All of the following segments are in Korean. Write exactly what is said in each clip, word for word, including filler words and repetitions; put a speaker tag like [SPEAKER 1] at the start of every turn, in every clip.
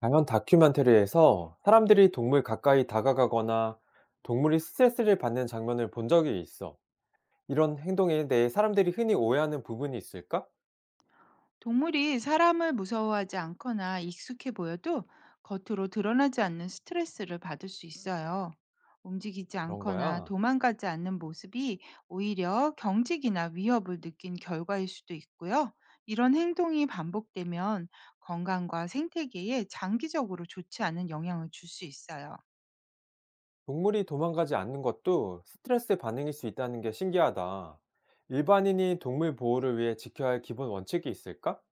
[SPEAKER 1] 당연 다큐멘터리에서 사람들이 동물 가까이 다가가거나 동물이 스트레스를 받는 장면을 본 적이 있어. 이런 행동에 대해 사람들이 흔히 오해하는 부분이 있을까?
[SPEAKER 2] 동물이 사람을 무서워하지 않거나 익숙해 보여도 겉으로 드러나지 않는 스트레스를 받을 수 있어요. 움직이지
[SPEAKER 1] 그런
[SPEAKER 2] 않거나
[SPEAKER 1] 거야.
[SPEAKER 2] 도망가지 않는 모습이 오히려 경직이나 위협을 느낀 결과일 수도 있고요. 이런 행동이 반복되면 건강과 생태계에 장기적으로 좋지 않은 영향을 줄 수 있어요.
[SPEAKER 1] 동물이 도망가지 않는 것도 스트레스 반응일 수 있다는 게 신기하다. 일반인이 동물 보호를 위해 지켜야 할 기본 원칙이 있을까?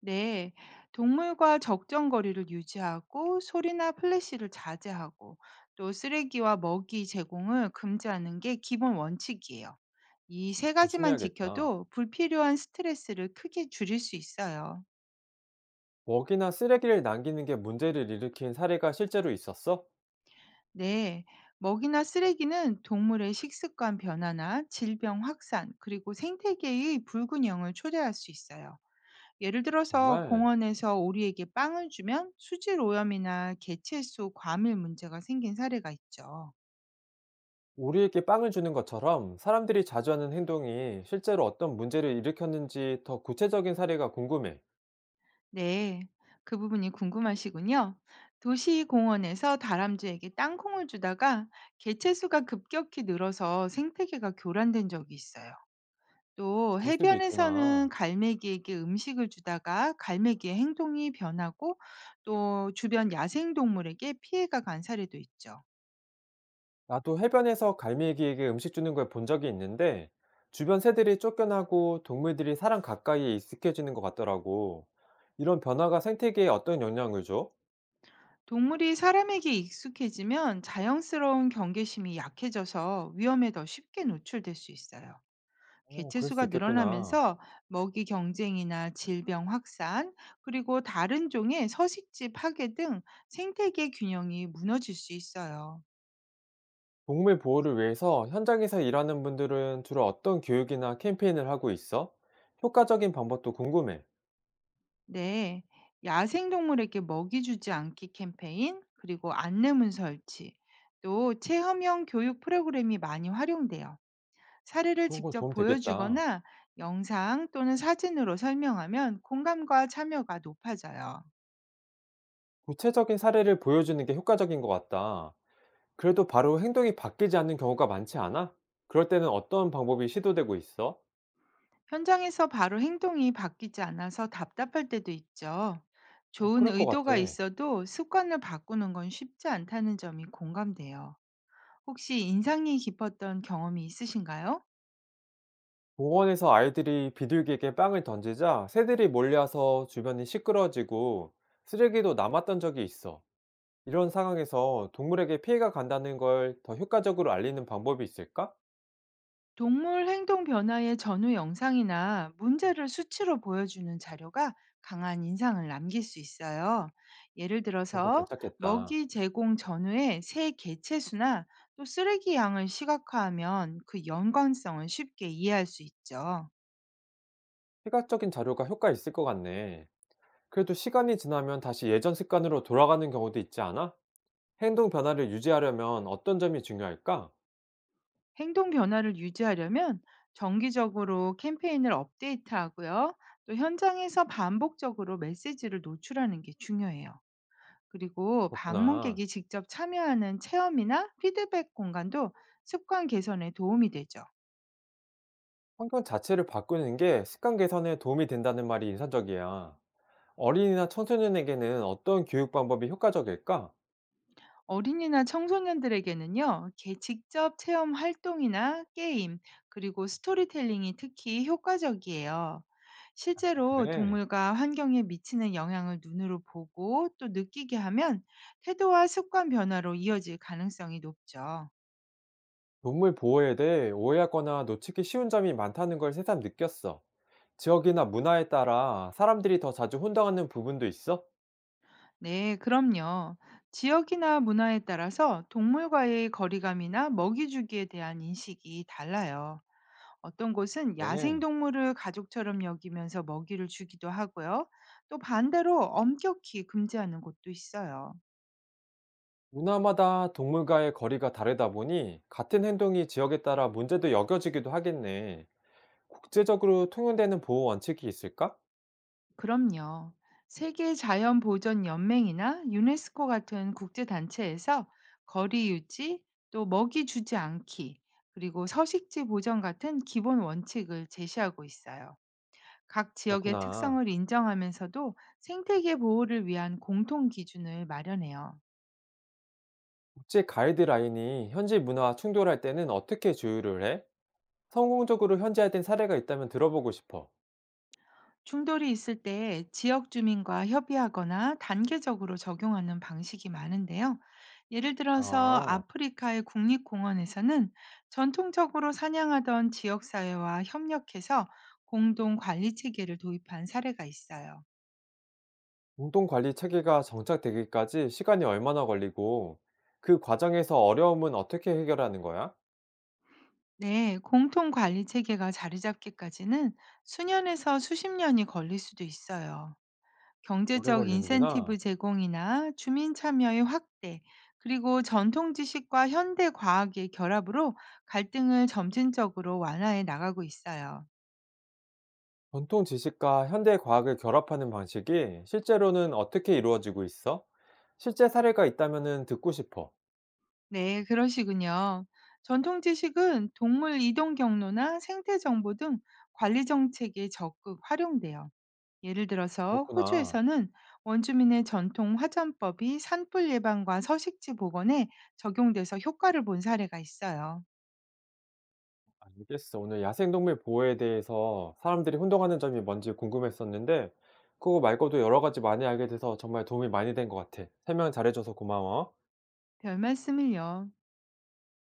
[SPEAKER 2] 네, 동물과 적정 거리를 유지하고 소리나 플래시를 자제하고 또 쓰레기와 먹이 제공을 금지하는 게 기본 원칙이에요. 이 세 가지만
[SPEAKER 1] 조심해야겠다.
[SPEAKER 2] 지켜도 불필요한 스트레스를 크게 줄일 수 있어요.
[SPEAKER 1] 먹이나 쓰레기를 남기는 게 문제를 일으킨 사례가 실제로 있었어?
[SPEAKER 2] 네, 먹이나 쓰레기는 동물의 식습관 변화나 질병 확산, 그리고 생태계의 불균형을 초래할 수 있어요. 예를 들어서
[SPEAKER 1] 정말
[SPEAKER 2] 공원에서 오리에게 빵을 주면 수질 오염이나 개체수 과밀 문제가 생긴 사례가 있죠.
[SPEAKER 1] 우리에게 빵을 주는 것처럼 사람들이 자주 하는 행동이 실제로 어떤 문제를 일으켰는지 더 구체적인 사례가 궁금해.
[SPEAKER 2] 네, 그 부분이 궁금하시군요. 도시 공원에서 다람쥐에게 땅콩을 주다가 개체수가 급격히 늘어서 생태계가 교란된 적이 있어요. 또
[SPEAKER 1] 그럴 수도
[SPEAKER 2] 해변에서는
[SPEAKER 1] 있구나.
[SPEAKER 2] 갈매기에게 음식을 주다가 갈매기의 행동이 변하고 또 주변 야생동물에게 피해가 간 사례도 있죠.
[SPEAKER 1] 나도 해변에서 갈매기에게 음식 주는 걸 본 적이 있는데 주변 새들이 쫓겨나고 동물들이 사람 가까이에 익숙해지는 것 같더라고. 이런 변화가 생태계에 어떤 영향을 줘?
[SPEAKER 2] 동물이 사람에게 익숙해지면 자연스러운 경계심이 약해져서 위험에 더 쉽게 노출될 수 있어요.
[SPEAKER 1] 오 그럴 수
[SPEAKER 2] 개체수가
[SPEAKER 1] 있겠구나.
[SPEAKER 2] 늘어나면서 먹이 경쟁이나 질병 확산, 그리고 다른 종의 서식지 파괴 등 생태계 균형이 무너질 수 있어요.
[SPEAKER 1] 동물 보호를 위해서 현장에서 일하는 분들은 주로 어떤 교육이나 캠페인을 하고 있어? 효과적인 방법도 궁금해.
[SPEAKER 2] 네, 야생동물에게 먹이 주지 않기 캠페인, 그리고 안내문 설치, 또 체험형 교육 프로그램이 많이 활용돼요. 사례를
[SPEAKER 1] 그런 건
[SPEAKER 2] 직접
[SPEAKER 1] 도움 되겠다.
[SPEAKER 2] 보여주거나 영상 또는 사진으로 설명하면 공감과 참여가 높아져요.
[SPEAKER 1] 구체적인 사례를 보여주는 게 효과적인 것 같다. 그래도 바로 행동이 바뀌지 않는 경우가 많지 않아? 그럴 때는 어떤 방법이 시도되고 있어?
[SPEAKER 2] 현장에서 바로 행동이 바뀌지 않아서 답답할 때도 있죠.
[SPEAKER 1] 어,
[SPEAKER 2] 좋은
[SPEAKER 1] 그럴 것 같아.
[SPEAKER 2] 의도가 있어도 습관을 바꾸는 건 쉽지 않다는 점이 공감돼요. 혹시 인상이 깊었던 경험이 있으신가요?
[SPEAKER 1] 공원에서 아이들이 비둘기에게 빵을 던지자 새들이 몰려서 주변이 시끄러워지고 쓰레기도 남았던 적이 있어. 이런 상황에서 동물에게 피해가 간다는 걸 더 효과적으로 알리는 방법이 있을까?
[SPEAKER 2] 동물 행동 변화의 전후 영상이나 문제를 수치로 보여주는 자료가 강한 인상을 남길 수 있어요. 예를
[SPEAKER 1] 그런 거
[SPEAKER 2] 들어서
[SPEAKER 1] 괜찮겠다.
[SPEAKER 2] 먹이 제공 전후의 새 개체수나 또 쓰레기 양을 시각화하면 그 연관성을 쉽게 이해할 수 있죠.
[SPEAKER 1] 시각적인 자료가 효과 있을 것 같네. 그래도 시간이 지나면 다시 예전 습관으로 돌아가는 경우도 있지 않아? 행동 변화를 유지하려면 어떤 점이 중요할까?
[SPEAKER 2] 행동 변화를 유지하려면 정기적으로 캠페인을 업데이트하고요. 또 현장에서 반복적으로 메시지를 노출하는 게 중요해요. 그리고
[SPEAKER 1] 그렇구나.
[SPEAKER 2] 방문객이 직접 참여하는 체험이나 피드백 공간도 습관 개선에 도움이 되죠.
[SPEAKER 1] 환경 자체를 바꾸는 게 습관 개선에 도움이 된다는 말이 인상적이야. 어린이나 청소년에게는 어떤 교육 방법이 효과적일까?
[SPEAKER 2] 어린이나 청소년들에게는요, 개 직접 체험 활동이나 게임, 그리고 스토리텔링이 특히 효과적이에요.
[SPEAKER 1] 아,
[SPEAKER 2] 실제로
[SPEAKER 1] 그래.
[SPEAKER 2] 동물과 환경에 미치는 영향을 눈으로 보고 또 느끼게 하면 태도와 습관 변화로 이어질 가능성이 높죠.
[SPEAKER 1] 동물 보호에 대해 오해하거나 놓치기 쉬운 점이 많다는 걸 새삼 느꼈어. 지역이나 문화에 따라 사람들이 더 자주 혼동하는 부분도 있어?
[SPEAKER 2] 네, 그럼요. 지역이나 문화에 따라서 동물과의 거리감이나 먹이 주기에 대한 인식이 달라요. 어떤 곳은 야생
[SPEAKER 1] 네.
[SPEAKER 2] 동물을 가족처럼 여기면서 먹이를 주기도 하고요. 또 반대로 엄격히 금지하는 곳도 있어요.
[SPEAKER 1] 문화마다 동물과의 거리가 다르다 보니 같은 행동이 지역에 따라 문제도 여겨지기도 하겠네. 국제적으로 통용되는 보호 원칙이 있을까?
[SPEAKER 2] 그럼요. 세계 자연 보전 연맹이나 유네스코 같은 국제 단체에서 거리 유지, 또 먹이 주지 않기, 그리고 서식지 보전 같은 기본 원칙을 제시하고 있어요. 각 지역의
[SPEAKER 1] 그렇구나.
[SPEAKER 2] 특성을 인정하면서도 생태계 보호를 위한 공통 기준을 마련해요.
[SPEAKER 1] 국제 가이드라인이 현지 문화와 충돌할 때는 어떻게 조율을 해? 성공적으로 현지화된 사례가 있다면 들어보고 싶어.
[SPEAKER 2] 충돌이 있을 때 지역 주민과 협의하거나 단계적으로 적용하는 방식이 많은데요. 예를 들어서
[SPEAKER 1] 아,
[SPEAKER 2] 아프리카의 국립공원에서는 전통적으로 사냥하던 지역사회와 협력해서 공동 관리 체계를 도입한 사례가 있어요.
[SPEAKER 1] 공동 관리 체계가 정착되기까지 시간이 얼마나 걸리고 그 과정에서 어려움은 어떻게 해결하는 거야?
[SPEAKER 2] 네, 공통 관리 체계가 자리 잡기까지는 수년에서 수십 년이 걸릴 수도 있어요.
[SPEAKER 1] 오래
[SPEAKER 2] 경제적 인센티브
[SPEAKER 1] 걸리는구나.
[SPEAKER 2] 제공이나 주민 참여의 확대, 그리고 전통 지식과 현대 과학의 결합으로 갈등을 점진적으로 완화해 나가고 있어요.
[SPEAKER 1] 전통 지식과 현대 과학을 결합하는 방식이 실제로는 어떻게 이루어지고 있어? 실제 사례가 있다면 듣고 싶어.
[SPEAKER 2] 네, 그러시군요. 전통 지식은 동물 이동 경로나 생태 정보 등 관리 정책에 적극 활용돼요. 예를 들어서
[SPEAKER 1] 그렇구나.
[SPEAKER 2] 호주에서는 원주민의 전통 화전법이 산불 예방과 서식지 복원에 적용돼서 효과를 본 사례가 있어요.
[SPEAKER 1] 알겠어. 오늘 야생동물 보호에 대해서 사람들이 혼동하는 점이 뭔지 궁금했었는데, 그거 말고도 여러 가지 많이 알게 돼서 정말 도움이 많이 된 것 같아. 설명 잘해줘서 고마워.
[SPEAKER 2] 별 말씀을요.